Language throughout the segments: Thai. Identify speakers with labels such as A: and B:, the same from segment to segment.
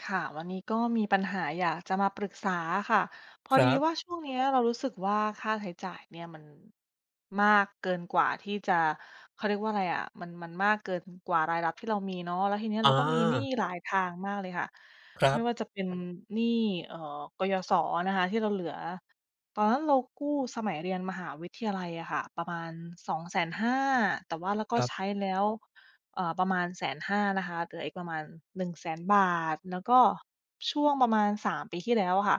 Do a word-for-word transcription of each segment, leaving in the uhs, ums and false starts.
A: ค่ะวันนี้ก็มีปัญหาอยากจะมาปรึกษาค่ะพอ
B: ค
A: ดี
B: รับ
A: ว่าช่วงเนี้ยเรารู้สึกว่าค่าใช้จ่ายเนี่ยมันมากเกินกว่าที่จะเขาเรียกว่าอะไรอะมันมันมากเกินกว่ารายรับที่เรามีเนาะแล้วทีเนี้ย
B: อา
A: เราก็มีหนี้หลายทางมากเลยค่ะ
B: ครั
A: ไม่
B: บ
A: ว่าจะเป็นหนี้เอ่อกยศนะคะที่เราเหลือตอนนั้นเรากู้สมัยเรียนมหาวิทยาลัยอะค่ะประมาณสองแสนห้าหมื่นแสนห้าแต่ว่าแล้วก็
B: ค
A: ใช้แล้ว เอ่อประมาณแสนห้านะคะเหลืออีกประมาณ1่งแสนบาท แล้วก็ช่วงประมาณสามปีที่แล้วอะค่ะ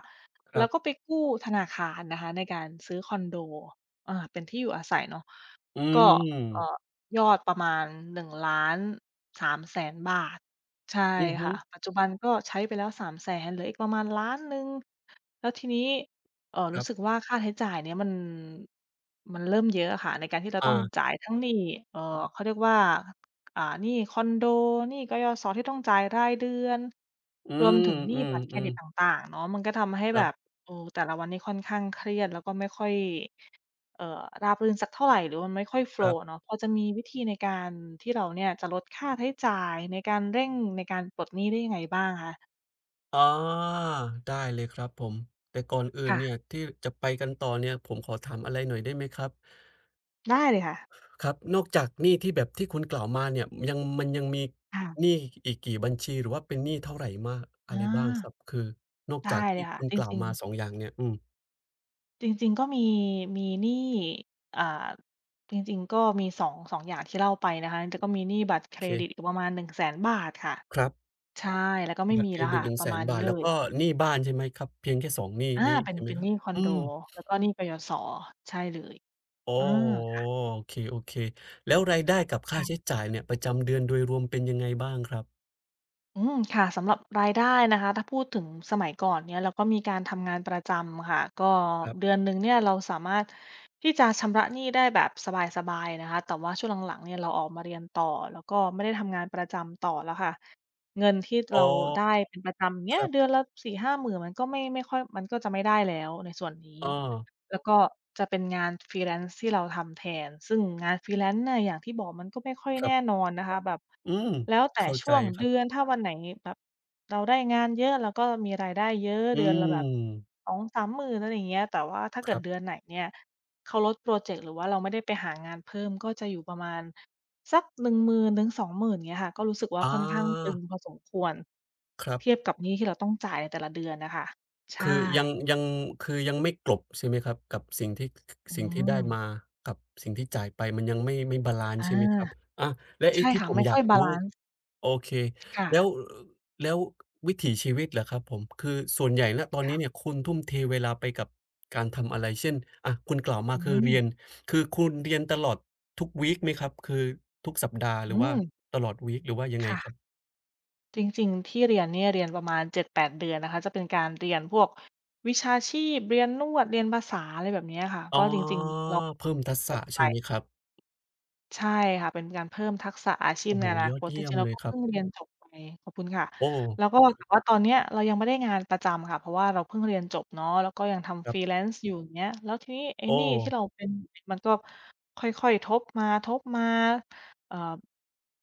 B: รั
A: เรา
B: บ
A: ก็ไป
B: ๆ
A: กู้ธนาคารนะคะในการซื้อคอนโดอ่าเป็นที่อยู่อาศัยเนาะ
B: อื
A: ก็เอ่อ
B: ม
A: ยอดประมาณหนึ่งล้านสามแสนบาทใช่
B: อือฮึ
A: ค่ะปัจจุบันก็ใช้ไปแล้วสาม ศูนย์ ศูนย์แสนเหลืออีกประมาณหนึ่งล้านแล้วทีนี้เอ่อ
B: ค
A: รู้
B: รั
A: สึก
B: บ
A: ว่าค่าใช้จ่ายเนี่ยมันมันเริ่มเยอะอะค่ะในการที่เราต้อง
B: อา
A: จ่ายทั้งหนี้เอ่อเขาเรียกว่าอ่าหนี้คอนโดหนี้กยศที่ต้องจ่ายรายเดือน
B: อื
A: รวม
B: ม
A: ถึงหนี้
B: อื
A: บัตรเครดิ
B: ม
A: ตต
B: ๆ
A: ่างๆเนาะมันก็ทำให้แบ
B: ค
A: บ
B: ร
A: เออแต่ละวันนี้ค่อนข้างเครียดแล้วก็ไม่ค่อย เอ่อราบรื่นสักเท่าไรหรือมันไม่ค่อยโฟล
B: ับ
A: ว์อะ
B: ๆ
A: เนาะพอจะมีวิธีในการที่เราเนี่ยจะลดค่าใช้จ่ายในการเร่งในการปลดหนี้ได้ยังไงบ้างคะ
B: อ๋อได้เลยครับผม แต่ก่อนอื่นเนี่ย
A: ค่ะ
B: ที่จะไปกันต่อเนี่ยผมขอถามอะไรหน่อยได้ไหมครับ
A: ได้เลยค่ะ
B: ครับนอกจากหนี้ที่แบบที่คุณกล่าวมาเนี่ยยังมันยังมีห
A: ค่ะ
B: นี้อีกกี่บัญชีหรือว่าเป็นหนี้เท่าไรมากอะไร
A: อา
B: บ้างครับคือนอกจา
A: ได้
B: ก
A: เล
B: ที่
A: ยค่ะ
B: คุณ
A: จ
B: กล่าว
A: ริง
B: มา
A: ๆ
B: สององอย่างเนี่ยอืม
A: จริงๆก็มีมีหนี้อ่าจริงๆก็มี สอง- สองอย่างที่เล่าไปนะคะแล้วก็มีหนี้บัตร
B: โอ
A: เคร
B: เค
A: ดิตอีกประมาณหนึ่งแสนบาทค่ะ
B: ครับ
A: ใช่แล้วก็ไม่
B: บัตร
A: มี
B: เคร
A: แล้ว
B: ดิต
A: ค่ะ
B: หนึ่ง
A: ป
B: แส
A: ระมา
B: น
A: ณ
B: บา
A: นี้
B: ท
A: เล
B: แล้ว
A: ย
B: ก็หนี้บ้านใช่ไหมครับเพียงแค่สองหนี้
A: อา
B: นี้
A: เป็น
B: ใช่ไหม
A: เป็น
B: ค
A: ห
B: รับ
A: นี้คอน
B: อื
A: โด
B: ม
A: แล้วก็หนี้กยศใช่เลย
B: โอ้
A: เออ
B: โ
A: ค่
B: ฮโอเคๆแล้วรายได้กับค่าใช้
A: ะ
B: จ่ายเนี่ยประจำเดือนโดยรวมเป็นยังไงบ้างครับ
A: อืมค่ะสำหรับรายได้นะคะถ้าพูดถึงสมัยก่อนเนี่ยเราก็มีการทำงานประจำค่ะก็
B: ครั
A: เดือน
B: บ
A: หนึ่งเนี่ยเราสามารถที่จะชำระหนี้ได้แบบสบายๆนะคะแต่ว่าช่วงหลังๆเนี่ยเราออกมาเรียนต่อแล้วก็ไม่ได้ทำงานประจำต่อแล้วค่ะเงินที่
B: อ๋อ
A: เราได้เป็นประจำเนี้
B: ค
A: ย
B: รั
A: เดือน
B: บ
A: ละสี่ห้าหมื่นมันก็ไม่ไม่ค่อยมันก็จะไม่ได้แล้วในส่วนนี้
B: อ้อ
A: แล้วก็จะเป็นงาน freelance ที่เราทำแทนซึ่งงาน freelance น่ะอย่างที่บอกมันก็ไม่ค่อย
B: ครั
A: แน่น
B: บ
A: อนนะคะแบบ
B: อืม
A: แล้วแต่
B: เข้าใจ
A: ช่วง
B: ครั
A: เดือ
B: บ
A: นถ้าวันไหนแบบเราได้งานเยอะเราก็มีรายได้เยอะ
B: อื
A: เดือนละแบบ
B: ม
A: สอง สามมหมืศูนย์ ศูนย์อะไรอย่างเงี้ยแต่ว่าถ้า
B: ค
A: เกิด
B: รั
A: เดือน
B: บ
A: ไหนเนี่ยเขาลดพรอเจกต์หรือว่าเราไม่ได้ไปหางานเพิ่มก็จะอยู่ประมาณสักหนึ่ง ศูนย์ ศูนย์ ศูนย์นถึงสอง ศูนย์ ศูนย์ ศูนย์นเงี้ยค่ะก็รู้สึกว่า
B: อ
A: ค่อนข้างตึง
B: า
A: พอสมควร
B: ครับ
A: เทียบกับหนี้ที่เราต้องจ่ายในแต่ละเดือนน่ะค่ะใช่
B: คือยังยังคือยังไม่กลบใช่ไหมครับกับสิ่งที่
A: อื
B: สิ่งที่
A: ม
B: ได้มากับสิ่งที่จ่ายไปมันยังไม่ไม่บาลันซ์
A: อา
B: ใช่ไหมครับอาและไอ้
A: ใช่
B: ที่
A: ค่ะ
B: ผม
A: ไม่
B: อยา
A: ค่อ
B: ก
A: ยบา
B: รู้
A: ลันซ์
B: โอเค
A: ค่ะ
B: แล้วแล้ววิถีชีวิตล่ะครับผมคือส่วนใหญ่ณตอนนี้เนี่
A: ค่ะ
B: ยคุณทุ่มเทเวลาไปกับการทำอะไรเช่นอะคุณกล่าวมา
A: อื
B: คือ
A: ม
B: เรียนคือคุณเรียนตลอดทุกวีกไหมครับคือทุกสัปดาห์ห
A: อื
B: รือว่า
A: ม
B: ตลอดวีกหรือว่ายังไง
A: ค่ะ
B: ครับ
A: จริงๆที่เรียนเนี่ยเรียนประมาณเจ็ดถึงแปดเดือนนะคะจะเป็นการเรียนพวกวิชาชีพเรียนนวดเรียนภาษาอะไรแบบเนี้ยค่ะ
B: อ๋อ
A: ก็จริงๆเรา
B: เพิ่มทัก
A: จ
B: ษะ
A: บไป
B: ใช่ไหมครับ
A: ใช่ค่ะเป็นการเพิ่มทักษะอาชีพ
B: โอ้
A: ใน
B: โฮ
A: อนา
B: ยอ
A: ค
B: ด
A: ตจ
B: เยี่ย
A: ริ
B: ม
A: งๆเรา
B: เลย
A: ก็
B: ครับ
A: เพิ่งเรียนจบไปขอบคุณค่ะ
B: โอ้
A: แล้วก็แต่ว่าตอนเนี้ยเรายังไม่ได้งานประจำค่ะเพราะว่าเราเพิ่งเรียนจบเนาะแล้วก็ยัง
B: ค
A: ทำ
B: รับ
A: freelance อยู่อย่างเงี้ยแล้วทีนี้ไอ้
B: โอ้
A: หนี้ที่เราเป็นมันก็ค่อยๆทบมาๆ เอ่อ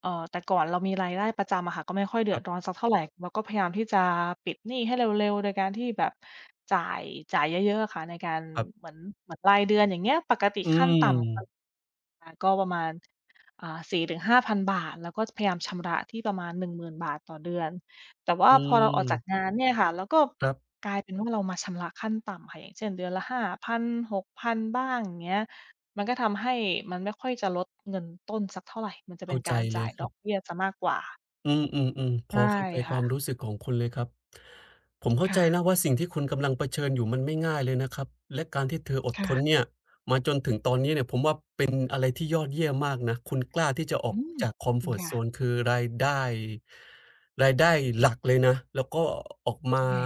A: เอ่อแต่ก่อนเรามีรายได้ประจำอะค่ะก็ไม่ค่อยเดื
B: ค
A: อด
B: รั
A: ร้อน
B: บ
A: สักเท่าไรเราก็พยายามที่จะปิดหนี้ให้เร็วๆโดยการที่แบบจ่ายจ่ายเยอะๆอะค่ะในการ
B: ๆ
A: เหมือนเหมือนรายเดือนอย่างเงี้ยปกติ
B: อื
A: ขั้นต่ำ
B: ม
A: อาก็ประมาณอ่าสี่ถึงห้าพันบาทแล้วก็พยายามชำระที่ประมาณหนึ่งมื่นบาทต่อเดือนแต่ว่า
B: อื
A: พอเราออกจาก
B: ม
A: งานเนี่ยค่ะเราก็
B: ครับ
A: กลายเป็นว่าเรามาชำระขั้นต่ำค่ะอย่างเช่นเดือนละห้าพันหหกพันบ้างอย่างเงี้ย มันก็ทำให้มันไม่ค่อยจะลดเงินต้นสักเท่าไรมันจะเป็
B: เข้า
A: น
B: ใจ
A: การ
B: เล
A: จ่า
B: ย
A: ย
B: ค
A: ด
B: รั
A: อ
B: บ
A: กเบี้ยเสียมากกว่า
B: อืมๆมอืมพ
A: ใช่
B: อเข้าใจความ
A: ค่ะ
B: รู้สึกของคุณเลยครับผมเข้าใจ
A: ค่ะ
B: นะว่าสิ่งที่คุณกำลังเผชิญอยู่มันไม่ง่ายเลยนะครับและการที่เธออดท
A: ค่ะ
B: นเนี่ยมาจนถึงตอนนี้เนี่ยผมว่าเป็นอะไรที่ยอดเยี่ยมมากนะคุณกล้าที่จะออ
A: อื
B: ก
A: ม
B: จากค
A: ขอ
B: อ
A: บ
B: ม
A: คุ
B: ฟ
A: ณ
B: อร์ต
A: ค่ะ
B: โซนคือรายได้รายได้หลักเลยนะแล้วก็ออกมา
A: ใช่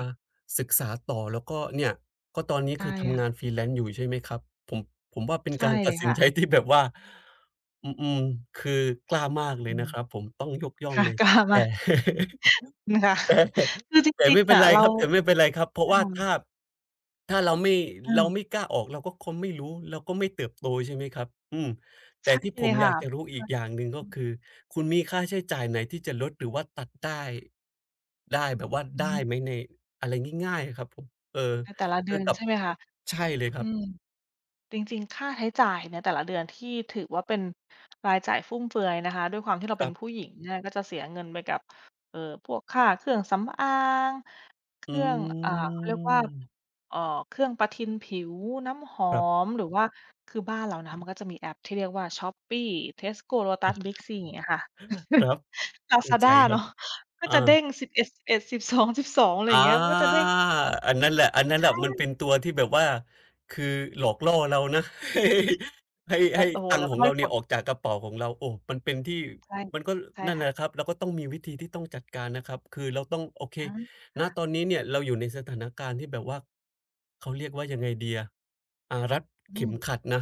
B: ศึกษาต่อแล้วก็เนี่ยก็ตอนนี้
A: ใช่
B: คือทำงาน
A: ค่ะ
B: freelance อยู่ใช่ไหมครับผมผมว่าเป็น
A: ใช่
B: การ
A: เล
B: ตัด
A: ย
B: สิน
A: ค่ะ
B: ใจที่แบบว่าอืมๆคือกล้ามากเล
A: อื
B: ยนะ
A: ม
B: ครับผมต้องยกย่อง
A: ค่ะ
B: เลย
A: กล้า
B: แต่
A: มาก นะคะ
B: แต่
A: คือจ
B: แต่
A: ริง
B: ไม่
A: ๆ
B: เป็น
A: อะ
B: ไร
A: เรา
B: ครับแต่ไม่เป็นไรครับเพราะว่าถ้า
A: อา
B: ถ้าเราไม่
A: อืม
B: เราไม่กล้าออกเราก็คงไม่รู้เราก็ไม่เติบโตใช่ไหมครับอืมแต่
A: ใช่
B: ที่ผ
A: เล
B: ม
A: ย
B: อยา
A: ค่ะ
B: กจะรู้อี
A: ค่ะ
B: กอย่างหนึ่งก็
A: อือ
B: คือคุณมีค่าใช้จ่ายไหนที่จะลดหรือว่าตัดได้ได้แบบว่า
A: อื
B: ได้
A: ม
B: ไหมในอะไรง่ายๆอะครับผมเออ
A: ในแต่ละเดื
B: คื
A: อ
B: อ
A: น
B: กับ
A: ใช่ไหมคะ
B: ใช่เลยค
A: อื
B: รับ
A: ม จริงๆ ค่าใช้จ่ายในแต่ละเดือนที่ถือว่าเป็นรายจ่ายฟุ่มเฟือยนะคะด้วยความที่เรา
B: ค
A: เป็
B: รั
A: นผู้
B: บ
A: หญิงเนี่ยก็จะเสียเงินไปกับเอ่อพวกค่าเครื่องสำอางเค
B: อื
A: รื่องอ่าเขาเรียกว่า
B: ม
A: เอ่อเครื่องประทินผิวน้ำหอ
B: ครับ
A: มหรือว่าคือบ้านเรานะคะมันก็จะมีแอปที่เรียกว่า Shopee Tesco Lotus
B: อะ
A: Big C อย่างเงี้ยค่ะ
B: ครั บเข้าใจ
A: Lazada
B: ครับ
A: เนาะก็
B: อา
A: จะเด้งสิบเอ็ดจุดสิบเอ็ด สิบสองจุดสิบสองอดสิบเอ็ดสิบสองสิบสองอะไรอย่า
B: อา
A: งเงี้ยมันก็จะเด้ง
B: อันนั้นแหละอันนั้นแหละ
A: ใช่
B: มันเป็นตัวที่แบบว่าคือหลอกล่อเรานะ ให้ให้
A: แล้ว
B: ให้
A: โอ้โฮ
B: ตัง
A: แล้
B: ค์
A: ว
B: ข
A: ก็
B: อง
A: ได้
B: เรา
A: ผ
B: เนี่ย
A: ล
B: ออกจากกระเป๋าของเราโอ้มันเป็นที่
A: ใช่
B: มันก็
A: ใช่
B: นั่นแหละค
A: ค่ะ
B: รับเราก็ต้องมีวิธีที่ต้องจัดการนะครับคือเราต้องโอเค
A: อา
B: ณ
A: ค่ะ
B: ตอนนี้เนี่ยเราอยู่ในสถานการณ์ที่แบบว่าเขาเรียกว่ายังไงดีอะ อ่ารัด
A: อื
B: เข็ม
A: ม
B: ขัดนะ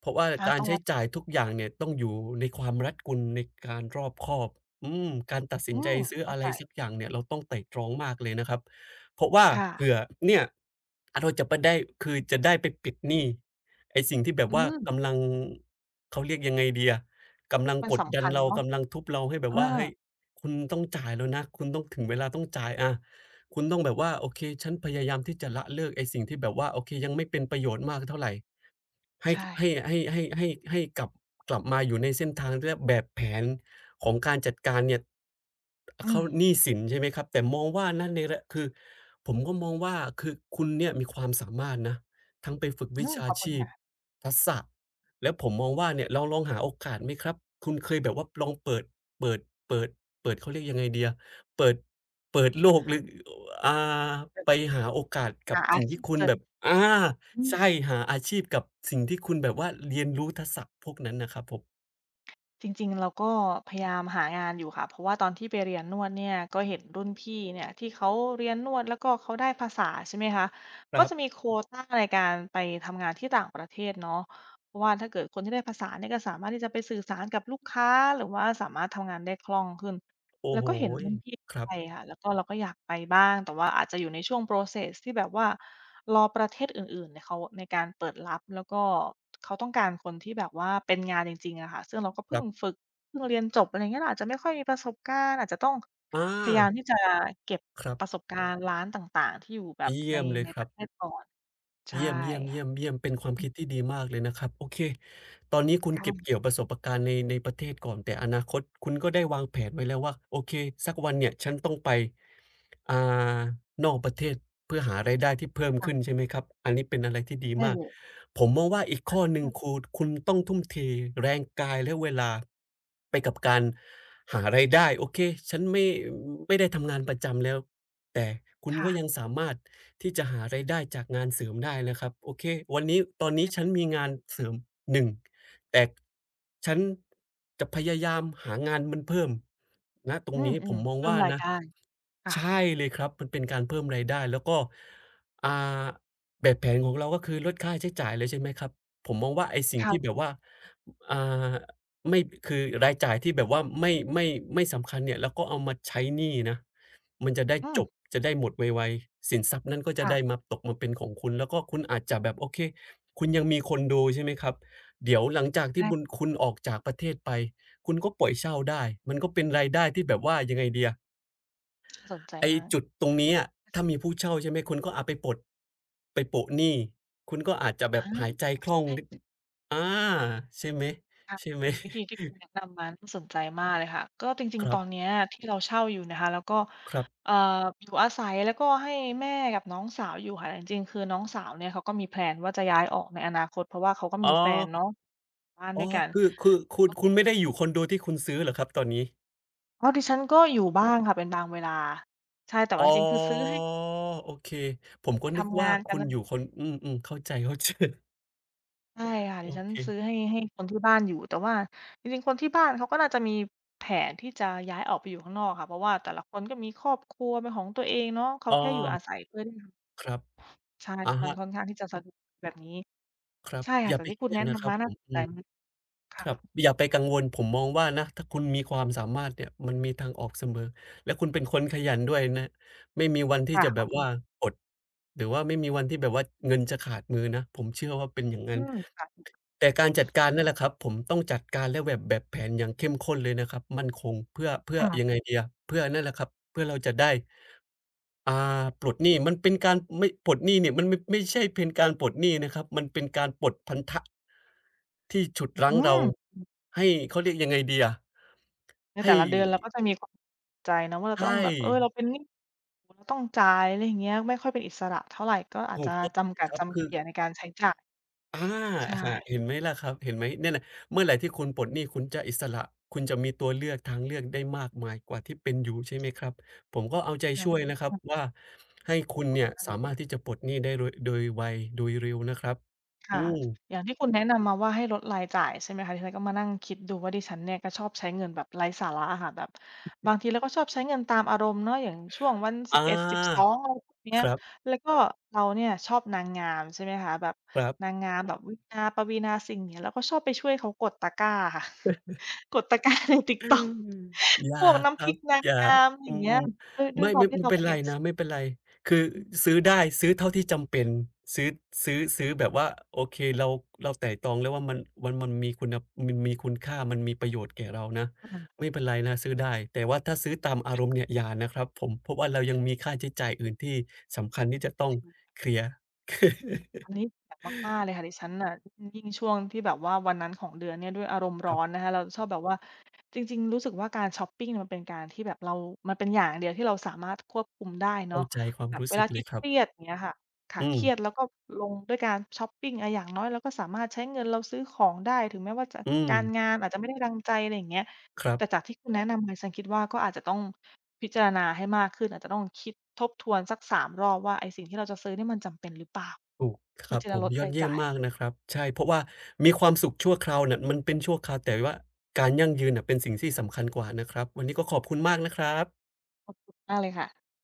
B: เพราะว่า
A: อา
B: การ
A: ต้อง
B: ใช้
A: รับผิ
B: จ่าย
A: ด
B: ทุกอย่างเนี่ยต้องอยู่ในความรัดกุมในการรอบคอบอืมการตัดสิ
A: อื
B: นใจ
A: ม
B: ซื้อ
A: เข้า
B: อะไร
A: ใจ
B: สักอย่างเนี่ยเราต้องไตร่ตรองมากเลยนะครับเพราะว่าเผื่
A: ค่ะ
B: อเนี่ยอาเราจะไปได้คือจะได้ไปปิดหนี้ไอ้สิ่งที่แบบ
A: อื
B: ว่า
A: ม
B: กำลังเขาเรียกยังไงดีอะกำลัง
A: มัน
B: กด
A: สำ
B: ดัน
A: คัญ
B: เรา
A: เนาะ
B: กำลังทุบเราให้แบ
A: เอ
B: บ
A: อ
B: ว่าเฮ้ยคุณต้องจ่ายแล้วนะคุณต้องถึงเวลาต้องจ่ายอา คุณต้องแบบว่าโอเคฉันพยายามที่จะละเลิกไอ้สิ่งที่แบบว่าโอเคยังไม่เป็นประโยชน์มากเท่าไร ให้
A: ใช่
B: ให้ให้ให้ให้ให้กลับกลับมาอยู่ในเส้นทางเรียกแบบแผนของการจัดการเนี่ยอ
A: อื
B: เขา
A: ม
B: หนี้สินใช่ไหมครับแต่มองว่านะในระคือผมก็มองว่าคือคุณเนี่ยมีความสามารถนะทั้งไปฝึก
A: อื
B: วิ
A: ม
B: ชา
A: ขอบคุณ
B: ชีพ
A: ค่ะ
B: ทักษะแล้วผมมองว่าเนี่ยเราลองหาโอกาสไหมครับคุณเคยแบบว่าลองเปิดเปิดเปิดเปิดเขาเรียกยังไงดีอะเปิดเปิดโลกหรืออา
A: เออ
B: ไปหาโอกาสกับ
A: หาอา
B: สิ่ง
A: ชี
B: ที่
A: พ
B: คุ
A: เส
B: ณ
A: ริม
B: แบบอา
A: อื
B: ใช่
A: ม
B: หาอาชีพกับสิ่งที่คุณแบบว่าเรียนรู้ทักษะพวกนั้นน่ะครับผม
A: จริงๆเราก็พยายามหางานอยู่ค่ะเพราะว่าตอนที่ไปเรียนนวดเนี่ยก็เห็นรุ่นพี่เนี่ยที่เขาเรียนนวดแล้วก็เขาได้ภาษาใช่ไหมคะ
B: ค
A: ก็
B: รั
A: จะมี
B: บ
A: โควตาในการไปทำงานที่ต่างประเทศเนาะเพราะว่าถ้าเกิดคนที่ได้ภาษาเนี่ยก็สามารถที่จะไปสื่อสารกับลูกค้าหรือว่าสามารถทำงานได้คล่องขึ้น
B: โอ้
A: แล้ว
B: โฮ
A: ก็เห็นรุ่นพี่
B: ครั
A: ไป
B: บ
A: ค่ะแล้วก็เราก็อยากไปบ้างแต่ว่าอาจจะอยู่ในช่วง process ที่แบบว่ารอประเทศอื่นๆเนี่ยเขาในการเปิดรับแล้วก็เขาต้องการคนที่แบบว่าเป็นงานจริงๆอะค่ะซึ่งเราก็
B: ค
A: เพิ่
B: รั
A: งฝึ
B: บ
A: กเพิ่งเรียนจบอะไรอย่างเงี้ยเราอาจจะไม่ค่อยมีประสบการณ์อาจจะต้อง
B: อา
A: พยายามที่จะเก็บ
B: ครั
A: ประส
B: บ
A: บการณ์ร้านต่างๆที่อยู่แบบ
B: เยี่
A: ใน
B: ยมเลย
A: ใน
B: ค
A: ป
B: รั
A: ระ
B: บ
A: เทศก่อนใช่
B: เยี่ยมๆยยม
A: ค่ะ
B: เยี่ยมเยี่ยมเป็นความ
A: อื
B: คิ
A: ม
B: ดที่ดีมากเลยนะครับโอเคตอนนี้คุณเก็บ
A: ค่ะ
B: เกี่ยวประสบการณ์ในในประเทศก่อนแต่อนาคตคุณก็ได้วางแผนไว้แล้วว่าโอเคสักวันเนี่ยฉันต้องไปอ่านอกประเทศเพื่อหารายได้ที่เพิ่มขึ้น
A: ค่ะ
B: ใช่ไหมครับอันนี้เป็นอะไรที่ดี
A: ใช่
B: มา
A: เล
B: ก
A: ย
B: ผมมองว่าอีก
A: รา
B: ข้
A: น
B: อหนึ่ง
A: ก
B: คูคุณต้องทุ่มเทแรงกายและเวลาไปกับการหารายได้โอเคฉันไม่ไม่ได้ทำงานประจำแล้ว แต่คุณ
A: ค่ะ
B: ก็ยังสามารถที่จะหารายได้จากงานเสริมได้นะครับโอเควันนี้ตอนนี้ฉัน
A: อ
B: มีงานเสริมหนึ่งแต่ฉันจะพยายามหางานมันเพิ่มณตรง
A: ือ
B: นี้
A: อื
B: ผ
A: ม
B: มม
A: ๆ
B: อง
A: เพิ่ม
B: ว่า
A: ราย
B: นะ
A: ได้ค่ะ
B: ใช่เลยครับมันเป็นการเพิ่มรายได้แล้วก็อ่าแบบแผนของเราก็คือลดค่าใช้จ่ายเลยใช่ไหมครับผมมองว่าไอ้สิ่งที่แบบ
A: ค่ะ
B: ว่าอ่าไม่คือรายจ่ายที่แบบว่าไม่ไม่ไม่สำคัญเนี่ยเราก็เอามาใช้หนี้นะ มันจะได้
A: อื
B: จบ
A: ม
B: จะได้หมดไวๆสินทรัพย์นั้นก็จะได้
A: ค่ะ
B: มาตกมาเป็นของคุณแล้วก็คุณอาจจะแบบโอเคคุณยังมีคอนโดใช่ไหมครับเดี๋ยวหลังจากที่บุญ
A: ได้
B: คุณออกจากประเทศไปคุณก็ปล่อยเช่าได้มันก็เป็นรายได้ที่แบบว่ายังไงดีอะ
A: น่าสนใจ
B: ไอ้
A: มาก
B: จุดตรงนี้อะ
A: ห้า
B: ถ้า
A: สิบ
B: มีผู้เช่าใช่ไหมคุณก็อาจไปปลดไปโปะหนี้คุณก็อาจจะ
A: อาใช
B: แบบหายใจ
A: ่
B: คล่องนิด
A: สิบ
B: อาใช่ไหม
A: ค่ะ
B: ใช่ไหม
A: วิธีที่คุณแนะนำมาน่าสนใจมากเลยค่ะก็จริง
B: ค
A: ๆต
B: รั
A: อนเนี้ย
B: บ
A: ที่เราเช่าอยู่นะคะแล้วก็
B: ครับ
A: เอ่ออยู่อาศัยแล้วก็ให้แม่กับน้องสาวอยู่ค่ะแต่จริงๆคือน้องสาวเนี่ยเขาก็มีแพลนว่าจะย้ายออกในอนาคตเพราะว่าเขาก็
B: อ๋อ
A: มีแฟนเนาะบ้านด้
B: อ๋
A: ว
B: อ
A: ยกัน
B: คือคือคุณคุณไม่ได้อยู่คอนโดที่คุณซื้อเหรอครับตอนนี้
A: อ้าวดิฉันก็อยู่บ้างค่ะเป็นบางเวลาใช่แต่ว่าจ
B: อ๋อ
A: ริงๆคือซื้อให้
B: โอเคผม
A: ไป
B: ก็นึก
A: ทำ
B: ว่า
A: งานกั
B: คุ
A: น
B: ณอยู่คนอืมๆเข้าใจๆ
A: ใช่ ค่ะดิ
B: โอ
A: ฉัน
B: เค
A: ซื้อให้ให้คนที่บ้านอยู่แต่ว่าจริงๆคนที่บ้านเขาก็น่าจะมีแผนที่จะย้ายออกไปอยู่ข้างนอกค่ะเพราะว่าแต่ละคนก็มีครอบครัวเป็นของตัวเองเนาะเขา
B: อ้อ
A: แค่อยู่อาศัยเพื่อที่
B: ครับ
A: ใช่
B: อะ
A: มันค่อน
B: ฮะ
A: ข้างที่จะสะดวกแบบนี้
B: ครับ
A: ใช่
B: อ
A: ค่ะ
B: ย่า
A: แต่
B: ไป
A: ที่
B: เค
A: คุ
B: รี
A: ณ
B: ยด
A: แนะ
B: นะค
A: นำ
B: รับ
A: มา
B: ผ
A: น่า
B: ม
A: สน
B: อื
A: ใจ
B: ม
A: มาก
B: ค
A: ค่ะ
B: รับอย่าไปกังวลผมมองว่านะถ้าคุณมีความสามารถเนี่ยมันมีทางออกเสมอและคุณเป็นคนขยันด้วยนะ ไม่มีวันที่
A: ค่ะ
B: จะ
A: ข
B: แบ
A: อบ
B: บ
A: คุ
B: ว่า
A: ณ
B: อดหรือว่าไม่มีวันที่แบบว่าเงินจะขาดมือนะผมเชื่อว่าเป็นอย่างงั้
A: อื
B: น
A: มค่ะ
B: แต่การจัดการนั่นแหละครับผมต้องจัดการและแบบแบบแผนอย่างเข้มข้นเลยนะครับมั่นคงเพื่อเพื่อยังไง
A: ค่ะ
B: ดีอะเพื่อนั่นแหละครับเพื่อเราจะได้อ่าปลดหนี้มันเป็นการไม่ปลดหนี้เนี่ยมันไม่ไม่ใช่เป็นการปลดหนี้นะครับมันเป็นการปลดพันธะที่ฉุดรั้
A: อื
B: งเรา
A: ม
B: ให้เขาเรียกยังไงดีอะ
A: ในแต่
B: ให้
A: ละเดือนเราก็จะมีความใจนะว่าเราต้
B: ใช่
A: องแบบเออเราเป็นหนี้เราต้องจ่ายอะไรอย่างเงี้ยไม่ค่อยเป็นอิสระเท่าไรก็อาจ
B: ถู
A: จะ
B: กต้องเล
A: จำ
B: ย
A: กัด
B: ครับ
A: จำ
B: คือ
A: เกี่ยในการใช้จ่าย
B: อา
A: ใช่
B: ค่ะเห็นไหมล่ะครับเห็นไหมเนี่ยแหละเมื่อไหร่ที่คุณปลดหนี้คุณจะอิสระคุณจะมีตัวเลือกทางเลือกได้มากมายกว่าที่เป็นอยู่ใช่ไหมครับผมก็เอาใจ
A: ยัง
B: ช่วยนะครับว่าให้
A: ขอบ
B: คุณ
A: คุณ
B: เนี่ย
A: มาก
B: สา
A: เลย
B: มารถที่จะปลดหนี้ได้โดยโดยไวโดยเร็วนะครับอื
A: ค่ะ
B: ม
A: อย่างที่คุณแนะนำมาว่าให้ลดรายจ่ายใช่ไหมคะดิฉันก็มานั่งคิดดูว่าดิฉันเนี่ยก็ชอบใช้เงินแบบไร้สาระอะค่ะแบบบางทีเราก็ชอบใช้เงินตามอารมณ์เนาะอย่างช่วงวันสิ
B: อา
A: บเอดสิบสองอะไรพวกเนี้
B: ค
A: ย
B: ร
A: แล้วก็เราเนี่ยชอบนางงามใช่ไหมคะแบบ
B: ับๆ
A: นางงามแบบวินาปวีณาสิ่งห์เนี้ยเราก็ชอบไปช่วยเขากดตะกร้าค่ะ กดตะกร้าใน TikTok
B: อ
A: พ
B: ย่า
A: วก
B: ค
A: น้ำพ
B: รั
A: ริ
B: บ
A: กนาง
B: อย่า
A: งามอ
B: อื
A: ย่างเงี้ย
B: ม
A: ด้วย
B: ๆ
A: ด้วย
B: ไม่
A: ความ
B: ไม่
A: ที่
B: ไม่
A: เรา
B: เป็
A: เป็
B: น
A: น
B: ไร
A: เอฟ ซี
B: นะไม่เป็นไรคือซื้อได้
A: ค่ะ
B: ซื้อเท่าที่จำเป็นซื้อซื้อซื้อแบบว่าโอเคเราเราไตร่ตรองแล้วว่ามันมันมันมีคุณมันมีคุณค่ามันมีประโยชน์แก่เรานะ
A: อา
B: ไม่เป็นไรนะซื้อได้แต่ว่าถ้าซื้อตามอารมณ์เนี่ยอย่านะครับผมเพราะว่าเรายังมีค่าใช้จ่ายอื่นที่สำคัญที่จะต้อง
A: จริง
B: เคลียร์
A: อันนี้หนักมากๆเลยค่ะดิฉันน่ะยิ่งช่วงที่แบบว่าวันนั้นของเดือนเนี่ยด้วยอารมณ์
B: ค
A: ร้อ
B: รั
A: น
B: บ
A: นะคะเราชอบแบบว่าจริงๆรู้สึกว่าการช็อปปิงเมันเป็นการที่แบบเรามันเป็นอย่างเดียวที่เราสามารถควบคุมได้
B: เข้า
A: เนาะ
B: ใจความ
A: แบบ
B: รู้
A: เว
B: สึ
A: ลา
B: กเล
A: ที่
B: ยค
A: เค
B: รับ
A: รียดอย่างเงี้ยค่ะค่ะ
B: อื
A: เค
B: ม
A: รียดแล้วก็ลงด้วยการช็อปปิงอาอย่างน้อยเราก็สามารถใช้เงินเราซื้อของได้ถึงแม้ว่าจะ
B: อืม
A: การงานอาจจะไม่ได้ดังใจอะไรอย่างเงี้ย
B: ครั
A: แต่จา
B: บ
A: กที่คุณแนะนำมาฉันคิดว่าก็อาจจะต้องพิจารณาให้มากขึ้นอาจจะต้องคิดทบทวนสักสามรอบว่าไอ้สิ่งที่เราจะซื้อเนี่ยมันจำเป็นหรือเปล่า
B: ถูกค
A: เพื่อ
B: รับ
A: ที่
B: ผ
A: จะ
B: ม
A: ลด
B: ยอด
A: ราย
B: เยี่ยม
A: จ่าย
B: มากนะครับ ใช่ เพราะว่ามีความสุขชั่วคราวน่ะมันเป็นชั่วคราวแต่ว่าการยั่งยืนน่ะเป็นสิ่งที่สำคัญกว่านะครับ วันนี้ก็ขอบคุณมากนะครับ
A: ขอบคุณมากเลยค่ะ